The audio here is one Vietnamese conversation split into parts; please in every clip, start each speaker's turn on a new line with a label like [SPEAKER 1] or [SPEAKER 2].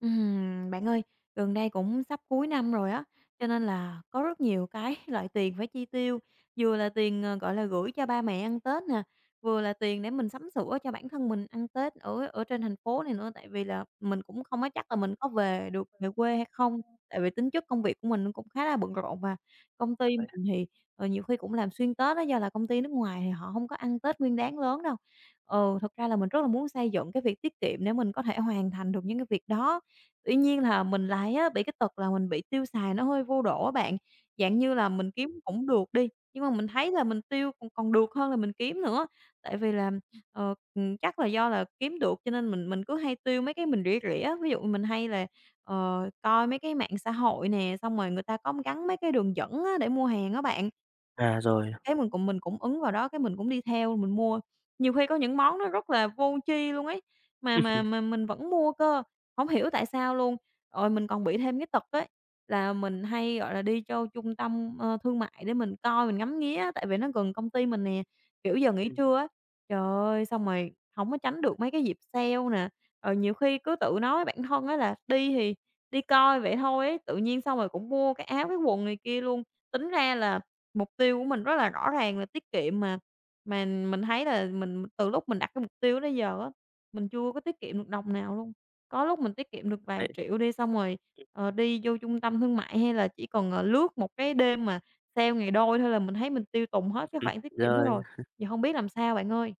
[SPEAKER 1] Bạn ơi, gần đây cũng sắp cuối năm rồi á, cho nên là có rất nhiều cái loại tiền phải chi tiêu, vừa là tiền, gọi là, gửi cho ba mẹ ăn Tết nè, vừa là tiền để mình sắm sửa cho bản thân mình ăn Tết ở ở trên thành phố này nữa. Tại vì là mình cũng không có chắc là mình có về được về quê hay không, tại vì tính chất công việc của mình nó cũng khá là bận rộn và công ty
[SPEAKER 2] Rồi.
[SPEAKER 1] mình thì, nhiều khi cũng làm xuyên Tết đó do là công ty nước ngoài thì họ không có ăn Tết Nguyên đán lớn đâu. Ừ, thực ra là mình rất là muốn xây dựng cái việc tiết kiệm để mình có thể hoàn thành được những cái việc đó. Tuy nhiên là mình lại á bị cái tật là mình bị tiêu xài nó hơi vô độ á bạn. Dạng như là mình kiếm cũng được đi, nhưng mà mình thấy là mình tiêu còn còn được hơn là mình kiếm nữa. Tại vì là, chắc là do là kiếm được cho nên mình cứ hay tiêu mấy cái mình rỉa rỉa á. Ví dụ mình hay là, coi mấy cái mạng xã hội nè, xong rồi người ta có gắn mấy cái đường dẫn á để mua hàng á bạn.
[SPEAKER 2] À, rồi.
[SPEAKER 1] Cái mình cũng ứng vào đó, cái mình cũng đi theo mình mua. Nhiều khi có những món nó rất là vô tri luôn ấy, mà mình vẫn mua cơ, hổng hiểu tại sao luôn. Rồi mình còn bị thêm cái tật ấy, là mình hay, gọi là, đi cho trung tâm, thương mại để mình coi, mình ngắm nghía tại vì nó gần công ty mình nè. Kiểu, giờ nghỉ
[SPEAKER 2] Ừm.
[SPEAKER 1] trưa á, trời ơi, xong rồi hổng có tránh được mấy cái dịp sale nè, rồi nhiều khi cứ tự nói với bản thân á là đi thì đi coi vậy thôi ấy, tự nhiên xong rồi cũng mua cái áo, cái quần này kia luôn. Tính ra là mục tiêu của mình rất là rõ ràng là tiết kiệm mà mình thấy là mình từ lúc mình đặt cái mục tiêu đến giờ á, mình chưa có tiết kiệm được đồng nào luôn. Có lúc mình tiết kiệm được vài
[SPEAKER 2] Đấy,
[SPEAKER 1] triệu đi, xong rồi, đi vô trung tâm thương mại hay là chỉ còn lướt một cái đêm mà sale ngày đôi thôi là mình thấy mình tiêu tùng hết cái khoản tiết kiệm đó
[SPEAKER 2] rồi.
[SPEAKER 1] rồi, giờ không biết làm sao bạn ơi.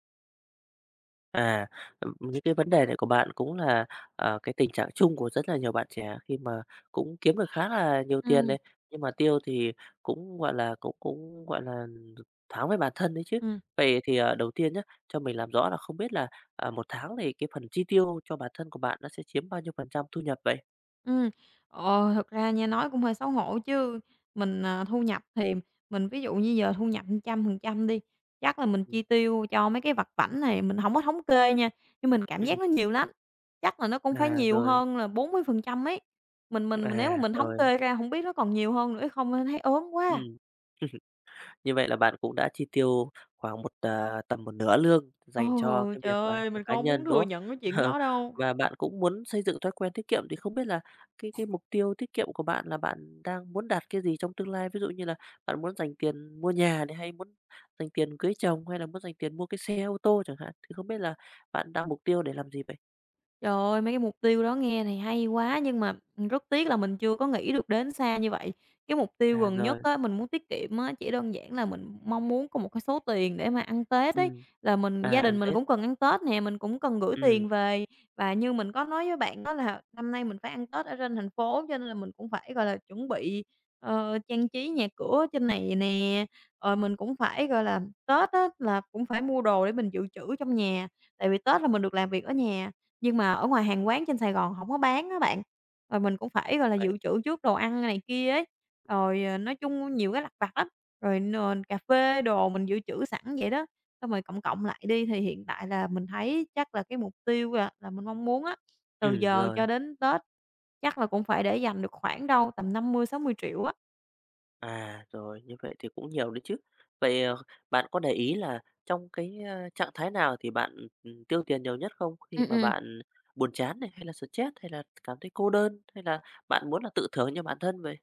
[SPEAKER 2] À, những cái vấn đề này của bạn cũng là, cái tình trạng chung của rất là nhiều bạn trẻ khi mà cũng kiếm được khá là nhiều tiền
[SPEAKER 1] Ừm,
[SPEAKER 2] đấy nhưng mà tiêu thì cũng, gọi là, cũng cũng, gọi là, tháng với bản thân đấy chứ.
[SPEAKER 1] ừm.
[SPEAKER 2] Vậy thì, đầu tiên nhé cho mình làm rõ là không biết là, 1 tháng thì cái phần chi tiêu cho bản thân của bạn nó sẽ chiếm bao nhiêu phần trăm thu nhập vậy?
[SPEAKER 1] Ừm, thật ra nha, nói cũng hơi xấu hổ chứ, mình, à, thu nhập thì mình ví dụ như giờ thu nhập 100% đi, chắc là mình
[SPEAKER 2] Ừm,
[SPEAKER 1] chi tiêu cho mấy cái vặt vãnh này, mình không có thống kê nha, nhưng mình cảm giác
[SPEAKER 2] ừm,
[SPEAKER 1] nó nhiều lắm, chắc là nó cũng phải
[SPEAKER 2] à,
[SPEAKER 1] nhiều
[SPEAKER 2] rồi,
[SPEAKER 1] hơn là 40% ấy. Mình nếu
[SPEAKER 2] à,
[SPEAKER 1] mà mình thống
[SPEAKER 2] rồi,
[SPEAKER 1] kê ra không biết nó còn nhiều hơn nữa hay không, nên thấy ớn quá.
[SPEAKER 2] ừm. Như vậy là bạn cũng đã chi tiêu khoảng một, tầm một nửa lương
[SPEAKER 1] Ừ,
[SPEAKER 2] dành cho cái
[SPEAKER 1] trời
[SPEAKER 2] việc là
[SPEAKER 1] ơi,
[SPEAKER 2] cho
[SPEAKER 1] mình
[SPEAKER 2] cá
[SPEAKER 1] không muốn
[SPEAKER 2] nhân, đúng
[SPEAKER 1] thừa
[SPEAKER 2] không?
[SPEAKER 1] nhận cái chuyện đó đâu.
[SPEAKER 2] Và bạn cũng muốn xây dựng thói quen tiết kiệm thì không biết là cái mục tiêu tiết kiệm của bạn là bạn đang muốn đạt cái gì trong tương lai? Ví dụ như là bạn muốn dành tiền mua nhà này, hay muốn dành tiền cưới chồng, hay là muốn dành tiền mua cái xe ô tô chẳng hạn? Thì không biết là bạn đặt mục tiêu để làm gì vậy?
[SPEAKER 1] Trời ơi, mấy cái mục tiêu đó nghe thì hay quá nhưng mà, rất tiếc là mình chưa có nghĩ được đến xa như vậy. Cái mục tiêu
[SPEAKER 2] À,
[SPEAKER 1] gần nhất
[SPEAKER 2] rồi,
[SPEAKER 1] á, mình muốn tiết kiệm á, chỉ đơn giản là mình mong muốn có một cái số tiền để mà ăn Tết ấy,
[SPEAKER 2] ừm,
[SPEAKER 1] là mình
[SPEAKER 2] à,
[SPEAKER 1] gia
[SPEAKER 2] ăn
[SPEAKER 1] đình mình
[SPEAKER 2] Tết,
[SPEAKER 1] cũng cần ăn Tết nè, mình cũng cần gửi
[SPEAKER 2] ừm,
[SPEAKER 1] tiền về. Và như mình có nói với bạn đó là năm nay mình phải ăn Tết ở trên thành phố, cho nên là mình cũng phải, gọi là, chuẩn bị, trang trí nhà cửa trên này nè, rồi mình cũng phải, gọi là, Tết á là cũng phải mua đồ để mình dự trữ trong nhà, tại vì Tết là mình được làm việc ở nhà. Nhưng mà ở ngoài hàng quán trên Sài Gòn hổng có bán á bạn, rồi mình cũng phải, gọi là,
[SPEAKER 2] vậy
[SPEAKER 1] dự trữ trước đồ ăn này kia ấy, rồi, nói chung nhiều cái lặt vặt lắm, rồi n cà phê đồ mình dự trữ sẵn vậy đó. Xong rồi cộng cộng lại đi thì hiện tại là mình thấy chắc là cái mục tiêu là mình mong muốn á, từ giờ cho
[SPEAKER 2] rồi.
[SPEAKER 1] đến Tết chắc là cũng phải để dành được khoảng đâu tầm 50-60 triệu á.
[SPEAKER 2] À, rồi, như vậy thì cũng nhiều đấy chứ. Vậy, bạn có để ý là trong cái, trạng thái nào thì bạn, tiêu tiền nhiều nhất không? Khi
[SPEAKER 1] Ừm,
[SPEAKER 2] mà
[SPEAKER 1] ừm.
[SPEAKER 2] bạn buồn chán này, hay là stress, hay là cảm thấy cô đơn, hay là bạn muốn là tự thưởng cho bản thân vậy?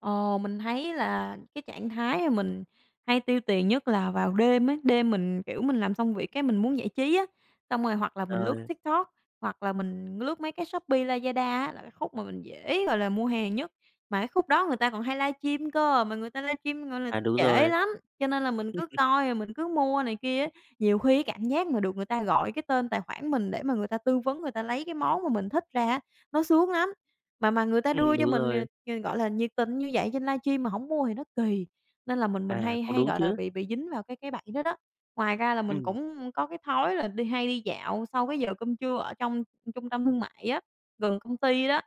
[SPEAKER 1] Ờ, mình thấy là cái trạng thái mà mình hay tiêu tiền nhất là vào đêm ấy, đêm mình, kiểu, mình làm xong việc cái mình muốn giải trí á, xong rồi hoặc là mình lướt
[SPEAKER 2] Rồi,
[SPEAKER 1] TikTok, hoặc là mình lướt mấy cái Shopee, Lazada á, là cái khúc mà mình dễ, gọi là, mua hàng nhất. Mà cái khúc đó người ta còn hay livestream cơ, mà người ta livestream, gọi là,
[SPEAKER 2] à, đúng
[SPEAKER 1] trễ
[SPEAKER 2] rồi,
[SPEAKER 1] lắm, cho nên là mình cứ coi rồi mình cứ mua này kia á. Nhiều khi cái cảm giác mà được người ta gọi cái tên tài khoản mình để mà người ta tư vấn, người ta lấy cái món mà mình thích ra á, nó sướng lắm. Mà người ta đưa cho
[SPEAKER 2] đúng
[SPEAKER 1] mình,
[SPEAKER 2] rồi,
[SPEAKER 1] gọi là, nhiệt tình như vậy trên livestream mà hổng mua thì nó kỳ, nên là mình
[SPEAKER 2] à,
[SPEAKER 1] hay
[SPEAKER 2] cũng
[SPEAKER 1] hay,
[SPEAKER 2] đúng
[SPEAKER 1] gọi là,
[SPEAKER 2] chứ,
[SPEAKER 1] bị dính vào cái bẫy đó đó. Ngoài ra là mình
[SPEAKER 2] ừm,
[SPEAKER 1] cũng có cái thói là đi hay đi dạo sau cái giờ cơm trưa ở trong trung tâm thương mại á, gần công ty đó.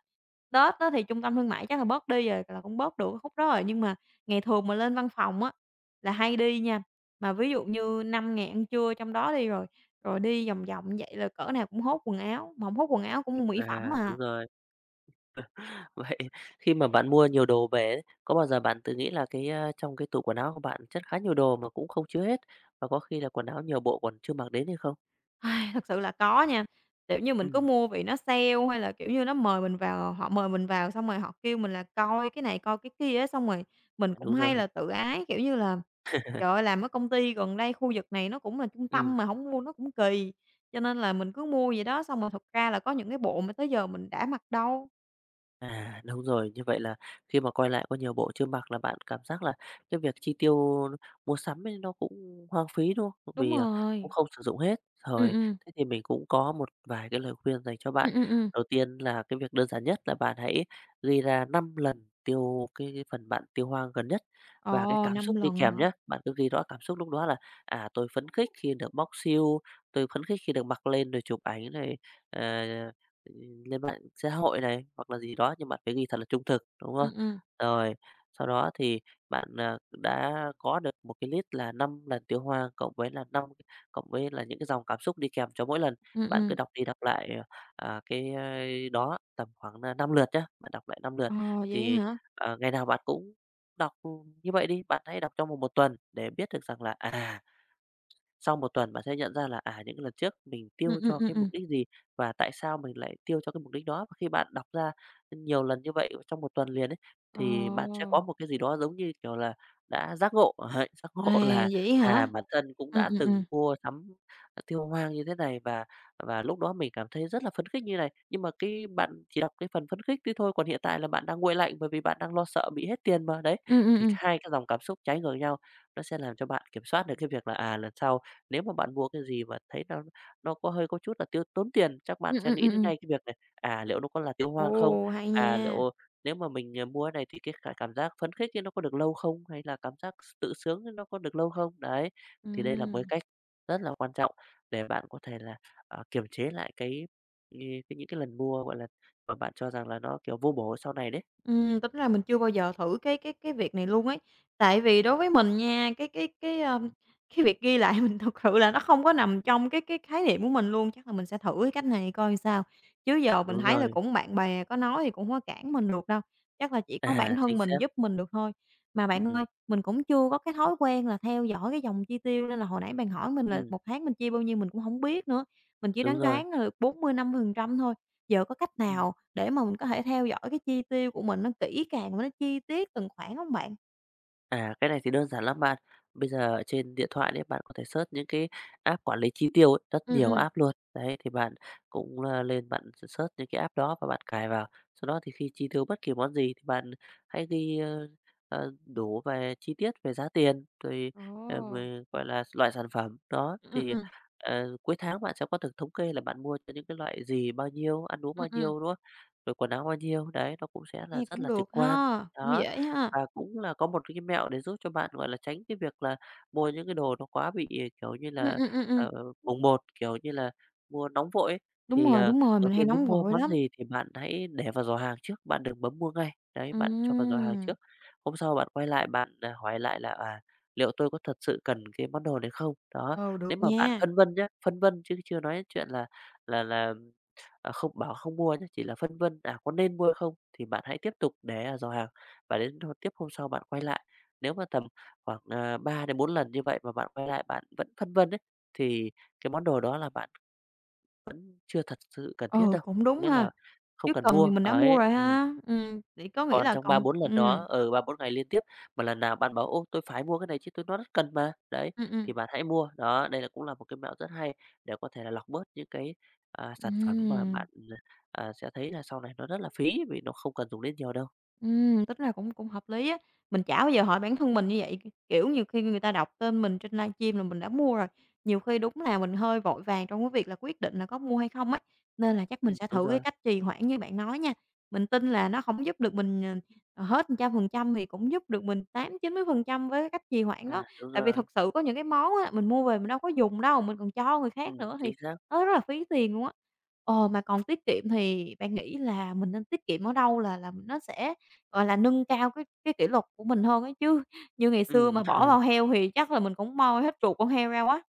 [SPEAKER 1] Tết á thì trung tâm thương mại chắc là bớt đi rồi, là cũng bớt được cái khúc đó rồi, nhưng mà ngày thường mà lên văn phòng á là hay đi nha, mà ví dụ như 5 ngày ăn trưa trong đó đi rồi, rồi đi vòng vòng như vậy là cỡ nào cũng hốt quần áo, mà hổng hốt quần áo cũng mua mỹ phẩm
[SPEAKER 2] à, đúng
[SPEAKER 1] à.
[SPEAKER 2] rồi. Vậy khi mà bạn mua nhiều đồ về ấy, có bao giờ bạn tự nghĩ là cái, trong cái tủ quần áo của bạn chất khá nhiều đồ mà cũng không chứa hết, và có khi là quần áo nhiều bộ còn chưa mặc đến hay không?
[SPEAKER 1] Ai, thật sự là có nha, kiểu như, mình cứ
[SPEAKER 2] Ừm,
[SPEAKER 1] mua vì nó sale hay là, kiểu như, nó mời mình vào họ mời mình vào xong rồi họ kêu mình là coi cái này, coi cái kia á, xong rồi mình
[SPEAKER 2] à,
[SPEAKER 1] cũng
[SPEAKER 2] đúng
[SPEAKER 1] hay
[SPEAKER 2] rồi,
[SPEAKER 1] là tự ái, kiểu như là, trời ơi, làm ở công ty gần đây khu vực này nó cũng là trung
[SPEAKER 2] ừm.
[SPEAKER 1] tâm mà không mua nó cũng kỳ, cho nên là mình cứ mua vậy đó, xong rồi thật ra là có những cái bộ mà tới giờ mình đã mặc đâu.
[SPEAKER 2] À, đúng rồi, như vậy là khi mà quay lại có nhiều bộ chưa mặc là bạn cảm giác là cái việc chi tiêu mua sắm ấy nó cũng hoang phí, đúng không?
[SPEAKER 1] Đúng
[SPEAKER 2] Vì, cũng
[SPEAKER 1] rồi.
[SPEAKER 2] không sử dụng hết.
[SPEAKER 1] ừ
[SPEAKER 2] Rồi,
[SPEAKER 1] ừ
[SPEAKER 2] thế thì mình cũng có một vài cái lời khuyên dành cho bạn.
[SPEAKER 1] ừ ừ ừm.
[SPEAKER 2] Đầu tiên là cái việc đơn giản nhất là bạn hãy ghi ra 5 lần tiêu cái phần bạn tiêu hoang gần nhất và cái
[SPEAKER 1] Ồ,
[SPEAKER 2] cảm
[SPEAKER 1] năm
[SPEAKER 2] xúc đi
[SPEAKER 1] lần
[SPEAKER 2] kèm
[SPEAKER 1] hả?
[SPEAKER 2] nhé. Bạn cứ ghi rõ cảm xúc lúc đó là, tôi phấn khích khi được bóc siêu, tôi phấn khích khi được mặc lên rồi chụp ảnh này, ờ Ừ, lên mạng xã hội này, hoặc là gì đó, nhưng bạn phải ghi thật là trung thực, đúng không?
[SPEAKER 1] ừ ừ
[SPEAKER 2] Rồi, sau đó thì bạn, đã có được một cái list là 5 lần tiêu hoa cộng với là những cái dòng cảm xúc đi kèm cho mỗi lần.
[SPEAKER 1] ừ
[SPEAKER 2] Bạn
[SPEAKER 1] ừ
[SPEAKER 2] cứ đọc đi đọc lại, cái, đó tầm khoảng nà 5 lượt nhá, bạn đọc lại 5 lượt
[SPEAKER 1] Ồ, vậy
[SPEAKER 2] thì,
[SPEAKER 1] hả?
[SPEAKER 2] ngày nào bạn cũng đọc như vậy đi, bạn hãy đọc trong vòng 1 tuần để biết được rằng là, sau một tuần bạn sẽ nhận ra là, những cái lần trước mình
[SPEAKER 1] ừ
[SPEAKER 2] tiêu
[SPEAKER 1] ừ
[SPEAKER 2] cho
[SPEAKER 1] ừ
[SPEAKER 2] cái
[SPEAKER 1] ừ
[SPEAKER 2] mục đích gì và tại sao mình lại tiêu cho cái mục đích đó. Và khi bạn đọc ra nhiều lần như vậy trong một tuần liền ấy, thì bạn sẽ
[SPEAKER 1] Ồ.
[SPEAKER 2] có một cái gì đó giống như, kiểu là, đã giác ngộ, ấy, giác ngộ
[SPEAKER 1] À,
[SPEAKER 2] là,
[SPEAKER 1] vậy hả?
[SPEAKER 2] bản thân cũng
[SPEAKER 1] Ừm,
[SPEAKER 2] đã
[SPEAKER 1] ừm,
[SPEAKER 2] từng
[SPEAKER 1] ừm.
[SPEAKER 2] mua sắm, tiêu hoang như thế này và lúc đó mình cảm thấy rất là phấn khích như này. Nhưng mà cái bạn chỉ đọc cái phần phấn khích đấy thôi, còn hiện tại là bạn đang nguội lạnh bởi vì bạn đang lo sợ bị hết tiền mà, đấy.
[SPEAKER 1] Ừm, ừm,
[SPEAKER 2] Thì
[SPEAKER 1] ừm.
[SPEAKER 2] hai cái dòng cảm xúc trái ngược nhau nó sẽ làm cho bạn kiểm soát được cái việc là, lần sau nếu mà bạn mua cái gì mà thấy nó có hơi có chút là tiêu tốn tiền, chắc bạn
[SPEAKER 1] Ừm,
[SPEAKER 2] sẽ
[SPEAKER 1] ừm,
[SPEAKER 2] nghĩ
[SPEAKER 1] ừm,
[SPEAKER 2] đến
[SPEAKER 1] ừm.
[SPEAKER 2] ngay cái việc này, liệu nó có là tiêu hoang không?
[SPEAKER 1] Ồ, hay
[SPEAKER 2] À,
[SPEAKER 1] nha.
[SPEAKER 2] liệu nếu mà mình, mua cái này thì cái cả cảm giác phấn khích ấy nó có được lâu không? Hay là cảm giác tự sướng ấy nó có được lâu không? Đấy, thì đây là một cái
[SPEAKER 1] Ừm.
[SPEAKER 2] cách rất là quan trọng để bạn có thể là, kiềm chế lại cái những cái lần mua, gọi là, mà bạn cho rằng là nó, kiểu, vô bổ sau này đấy.
[SPEAKER 1] Tính ra mình chưa bao giờ thử cái việc này luôn ấy. Tại vì đối với mình nha, cái
[SPEAKER 2] Ừm,
[SPEAKER 1] cái việc ghi lại mình thực sự là nó không có nằm trong cái khái niệm của mình luôn. Chắc là mình sẽ thử cái cách này coi sao, chứ giờ mình
[SPEAKER 2] đúng
[SPEAKER 1] thấy là
[SPEAKER 2] rồi,
[SPEAKER 1] cũng bạn bè có nói thì cũng hông có cản mình được đâu, chắc là chỉ có bản
[SPEAKER 2] à,
[SPEAKER 1] thân
[SPEAKER 2] chính
[SPEAKER 1] mình
[SPEAKER 2] xác,
[SPEAKER 1] giúp mình được thôi. Mà bạn
[SPEAKER 2] ừm,
[SPEAKER 1] ơi, mình cũng chưa có cái thói quen là theo dõi cái dòng chi tiêu nên là hồi nãy bạn hỏi mình là
[SPEAKER 2] ừm,
[SPEAKER 1] một tháng mình chia bao nhiêu mình cũng không biết nữa, mình chỉ
[SPEAKER 2] đúng
[SPEAKER 1] đoán
[SPEAKER 2] rồi,
[SPEAKER 1] đoán là 45% thôi. Giờ có cách
[SPEAKER 2] ừm.
[SPEAKER 1] nào để mà mình có thể theo dõi cái chi tiêu của mình nó kỹ càng và nó chi tiết từng khoản hông bạn?
[SPEAKER 2] À, cái này thì đơn giản lắm bạn. Bây giờ ở trên điện thoại đấy bạn có thể search những cái app quản lý chi tiêu ấy, rất
[SPEAKER 1] Ừm,
[SPEAKER 2] nhiều
[SPEAKER 1] ừm.
[SPEAKER 2] app luôn. Đấy, thì bạn cũng là lên bạn search những cái app đó và bạn cài vào. Sau đó thì khi chi tiêu bất kỳ món gì thì bạn hãy ghi, đủ về chi tiết về giá tiền, rồi,
[SPEAKER 1] Ồ!
[SPEAKER 2] về, gọi là, loại sản phẩm. Đó,
[SPEAKER 1] Ừm,
[SPEAKER 2] thì,
[SPEAKER 1] ừm,
[SPEAKER 2] cuối tháng bạn sẽ có được thống kê là bạn mua cho những cái loại gì, bao nhiêu, ăn uống
[SPEAKER 1] ừm,
[SPEAKER 2] bao
[SPEAKER 1] ừm,
[SPEAKER 2] nhiêu, đúng không? Rồi quần áo bao nhiêu, đấy, nó cũng sẽ là
[SPEAKER 1] nghe
[SPEAKER 2] rất
[SPEAKER 1] cũng
[SPEAKER 2] là trực
[SPEAKER 1] được
[SPEAKER 2] quan.
[SPEAKER 1] ha, cũng
[SPEAKER 2] Đó.
[SPEAKER 1] dễ ha.
[SPEAKER 2] Và cũng là có một cái mẹo để giúp cho bạn, gọi là, tránh cái việc là mua những cái đồ nó quá bị, kiểu như
[SPEAKER 1] Ừm,
[SPEAKER 2] là,
[SPEAKER 1] ừm, ừm, ừm,
[SPEAKER 2] ờ, bồng bột, kiểu như là, mua nóng vội ấy. Thì,
[SPEAKER 1] đúng rồi,
[SPEAKER 2] đầu
[SPEAKER 1] mình hay
[SPEAKER 2] tiên
[SPEAKER 1] nóng
[SPEAKER 2] muốn mua
[SPEAKER 1] vội
[SPEAKER 2] món
[SPEAKER 1] lắm.
[SPEAKER 2] gì thì bạn hãy để vào giỏ hàng trước, bạn đừng bấm mua ngay. Đấy, bạn cho vào giỏ hàng
[SPEAKER 1] Ừm,
[SPEAKER 2] trước. Hôm sau bạn quay lại bạn, hỏi lại là "À, liệu tôi có thật sự cần cái món đồ này không?" Đó,
[SPEAKER 1] ừ, được
[SPEAKER 2] nếu mà bạn
[SPEAKER 1] nha,
[SPEAKER 2] phân vân nhá, phân vân chứ chưa nói chuyện là là là, không bảo không mua nhá, chỉ là phân vân, có nên mua hay không thì bạn hãy tiếp tục để ở giỏ hàng. Và đến hôm hôm sau bạn quay lại, nếu mà tầm khoảng, 3 đến 4 lần như vậy mà bạn quay lại bạn vẫn phân vân ấy, thì cái món đồ đó là bạn chưa thật sự cần thiết
[SPEAKER 1] ừ,
[SPEAKER 2] đâu,
[SPEAKER 1] cũng
[SPEAKER 2] có
[SPEAKER 1] đúng
[SPEAKER 2] nghĩa
[SPEAKER 1] ha,
[SPEAKER 2] là không
[SPEAKER 1] chứ
[SPEAKER 2] cần
[SPEAKER 1] cần thì
[SPEAKER 2] mua.
[SPEAKER 1] mình đã mua
[SPEAKER 2] Ấy,
[SPEAKER 1] rồi ha. Vậy có nghĩa
[SPEAKER 2] còn
[SPEAKER 1] là
[SPEAKER 2] trong 3
[SPEAKER 1] còn
[SPEAKER 2] 4 lần đó ở 3 4 ngày liên tiếp mà lần nào bạn bảo: "Ô, tôi phải mua cái này chứ, tôi nó rất cần mà." Đấy,
[SPEAKER 1] ừm, ừm,
[SPEAKER 2] thì bạn hãy mua. Đó, đây là cũng là một cái mẹo rất hay để có thể là lọc bớt những cái, sản phẩm mà
[SPEAKER 1] ừm.
[SPEAKER 2] bạn, sẽ thấy là sau này nó rất là phí vì nó không cần dùng đến nhiều đâu.
[SPEAKER 1] Tính ra cũng cũng hợp lý á. Mình chả bao giờ hỏi bản thân mình như vậy, kiểu, nhiều khi người ta đọc tên mình trên livestream là mình đã mua rồi. Nhiều khi đúng là mình hơi vội vàng trong cái việc là quyết định là có mua hay không á nên là chắc mình sẽ
[SPEAKER 2] Đúng
[SPEAKER 1] thử cái
[SPEAKER 2] rồi.
[SPEAKER 1] cách trì hoãn như bạn nói nha. Mình tin là nó không giúp được mình, hết 100% thì cũng giúp được mình 80-90% với cái cách trì hoãn đó.
[SPEAKER 2] À, đúng
[SPEAKER 1] Tại vì thật
[SPEAKER 2] rồi.
[SPEAKER 1] sự có những cái món á, mình mua về mình đâu có dùng đâu, mình còn cho người khác nữa thì
[SPEAKER 2] Chính xác.
[SPEAKER 1] nó rất là phí tiền luôn á. Ờ, mà còn tiết kiệm thì bạn nghĩ là mình nên tiết kiệm ở đâu là nó sẽ gọi là, nâng cao cái kỷ luật của mình hơn ấy, chứ như ngày xưa
[SPEAKER 2] Ừm,
[SPEAKER 1] mà bỏ vào heo thì chắc là mình cũng moi hết ruột con heo ra quá.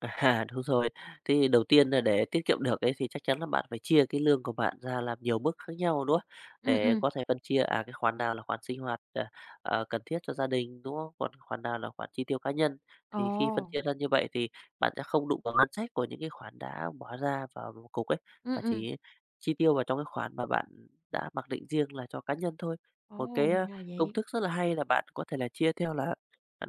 [SPEAKER 2] à, đúng rồi. Thì đầu tiên là để tiết kiệm được ấy thì chắc chắn là bạn phải chia cái lương của bạn ra làm nhiều mức khác nhau, đúng không?
[SPEAKER 1] Ừm,
[SPEAKER 2] Để
[SPEAKER 1] ừm.
[SPEAKER 2] có thể phân chia, cái khoản nào là khoản sinh hoạt, cần thiết cho gia đình, đúng không? Còn khoản nào là khoản chi tiêu cá nhân.
[SPEAKER 1] Ồ,
[SPEAKER 2] Thì khi phân chia ra như vậy thì bạn sẽ không đụng vào ngân sách của những cái khoản đã bỏ ra vào một cục ấy, mà
[SPEAKER 1] ừm.
[SPEAKER 2] chỉ chi tiêu vào trong cái khoản mà bạn đã mặc định riêng là cho cá nhân thôi. Một
[SPEAKER 1] Ồ,
[SPEAKER 2] cái,
[SPEAKER 1] thì ra là
[SPEAKER 2] công
[SPEAKER 1] vậy.
[SPEAKER 2] thức rất là hay là bạn có thể là chia theo là,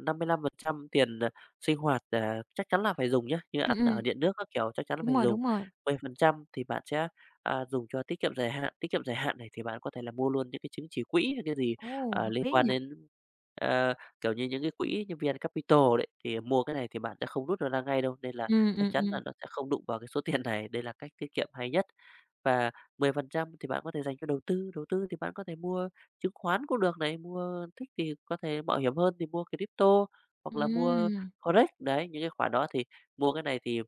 [SPEAKER 2] 55% tiền sinh hoạt, chắc chắn là phải dùng nhé. Như
[SPEAKER 1] Ừm,
[SPEAKER 2] ăn
[SPEAKER 1] ừm,
[SPEAKER 2] ở điện nước các kiểu chắc chắn là
[SPEAKER 1] đúng
[SPEAKER 2] phải
[SPEAKER 1] rồi,
[SPEAKER 2] dùng.
[SPEAKER 1] đúng rồi.
[SPEAKER 2] 10% thì bạn sẽ, dùng cho tiết kiệm dài hạn, tiết kiệm dài hạn này thì bạn có thể là mua luôn những cái chứng chỉ quỹ hay cái gì,
[SPEAKER 1] Ồ, hợp
[SPEAKER 2] liên
[SPEAKER 1] lý
[SPEAKER 2] quan
[SPEAKER 1] nhỉ?
[SPEAKER 2] đến, ờ, kiểu như, những cái quỹ như Vn Capital đấy, thì mua cái này thì bạn sẽ không rút được ra ngay đâu, nên là
[SPEAKER 1] Ừm,
[SPEAKER 2] chắc
[SPEAKER 1] ừm,
[SPEAKER 2] chắn
[SPEAKER 1] ừm.
[SPEAKER 2] là nó sẽ không đụng vào cái số tiền này. Đây là cách tiết kiệm hay nhất. Và 10% thì bạn có thể dành cho đầu tư thì bạn có thể mua chứng khoán cũng được này, mua thích thì có thể mạo hiểm hơn thì mua crypto hoặc là mua
[SPEAKER 1] Ừm.
[SPEAKER 2] Correct, đấy, những cái khoản đó thì mua cái này thì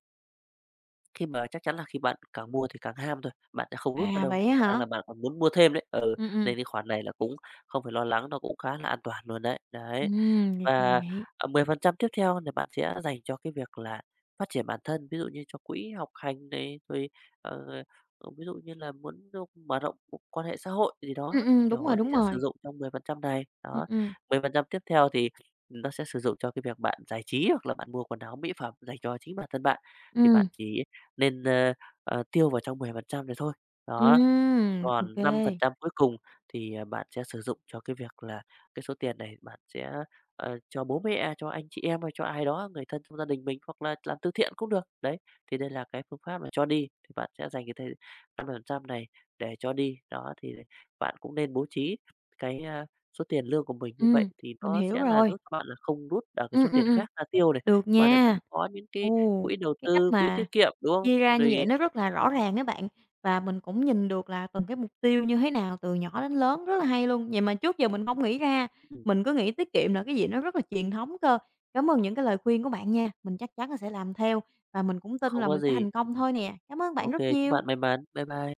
[SPEAKER 2] khi mà chắc chắn là khi bạn càng mua thì càng ham thôi, bạn sẽ không rút ra
[SPEAKER 1] À,
[SPEAKER 2] đâu,
[SPEAKER 1] vậy á
[SPEAKER 2] khả năng
[SPEAKER 1] hả?
[SPEAKER 2] là bạn còn muốn mua thêm đấy. Ừ,
[SPEAKER 1] Ừm, ừm.
[SPEAKER 2] nên cái khoản này là cũng không phải lo lắng, nó cũng khá là an toàn luôn đấy, đấy.
[SPEAKER 1] Thì ra là
[SPEAKER 2] Và,
[SPEAKER 1] vậy.
[SPEAKER 2] 10% tiếp theo thì bạn sẽ dành cho cái việc là phát triển bản thân, ví dụ như cho quỹ học hành này, rồi, ờ, ví dụ như là muốn mở rộng quan hệ xã hội gì đó,
[SPEAKER 1] Đúng
[SPEAKER 2] kiểu,
[SPEAKER 1] rồi,
[SPEAKER 2] thì
[SPEAKER 1] đúng
[SPEAKER 2] sẽ sử
[SPEAKER 1] rồi.
[SPEAKER 2] dụng trong 10% này.
[SPEAKER 1] Ừm,
[SPEAKER 2] Đó,
[SPEAKER 1] ừm.
[SPEAKER 2] 10% tiếp theo thì nó sẽ sử dụng cho cái việc bạn giải trí hoặc là bạn mua quần áo mỹ phẩm dành cho chính bản thân bạn, thì
[SPEAKER 1] Ừm,
[SPEAKER 2] bạn chỉ nên, tiêu vào trong 10% này thôi. Đó,
[SPEAKER 1] ô
[SPEAKER 2] còn năm
[SPEAKER 1] kê.
[SPEAKER 2] phần trăm cuối cùng thì, bạn sẽ sử dụng cho cái việc là cái số tiền này bạn sẽ, cho bố mẹ, cho anh chị em hay cho ai đó, người thân trong gia đình mình hoặc là làm từ thiện cũng được. Đấy, thì đây là cái phương pháp mà cho đi, thì bạn sẽ dành cái thời 5% này để cho đi. Đó, thì bạn cũng nên bố trí cái, số tiền lương của mình như
[SPEAKER 1] Ừm,
[SPEAKER 2] vậy thì
[SPEAKER 1] mình
[SPEAKER 2] nó
[SPEAKER 1] hiểu
[SPEAKER 2] sẽ là
[SPEAKER 1] rồi.
[SPEAKER 2] giúp cho bạn là không rút ở cái
[SPEAKER 1] Ừm,
[SPEAKER 2] số
[SPEAKER 1] ừm,
[SPEAKER 2] tiền
[SPEAKER 1] ừm,
[SPEAKER 2] khác ra tiêu này,
[SPEAKER 1] được
[SPEAKER 2] mà lại vẫn
[SPEAKER 1] nha.
[SPEAKER 2] có những
[SPEAKER 1] Ồ,
[SPEAKER 2] cái quỹ đầu
[SPEAKER 1] cái cách
[SPEAKER 2] tư, quỹ
[SPEAKER 1] mà
[SPEAKER 2] tiết kiệm, đúng không?
[SPEAKER 1] chia ra như vậy
[SPEAKER 2] Rồi
[SPEAKER 1] nó rất là rõ
[SPEAKER 2] ừm,
[SPEAKER 1] ràng á bạn, và mình cũng nhìn được là từng cái mục tiêu như thế nào từ nhỏ đến lớn, rất là hay luôn. Vậy mà trước giờ mình không nghĩ ra,
[SPEAKER 2] ừm,
[SPEAKER 1] mình cứ nghĩ tiết kiệm là cái gì nó rất là truyền thống cơ. Cảm ơn những cái lời khuyên của bạn nha, mình chắc chắn là sẽ làm theo và mình cũng tin
[SPEAKER 2] không
[SPEAKER 1] là
[SPEAKER 2] có
[SPEAKER 1] mình sẽ
[SPEAKER 2] gì.
[SPEAKER 1] thành công thôi nè. Cảm ơn bạn
[SPEAKER 2] OK,
[SPEAKER 1] rất
[SPEAKER 2] chúc
[SPEAKER 1] nhiều.
[SPEAKER 2] bạn may mắn. Bye bye.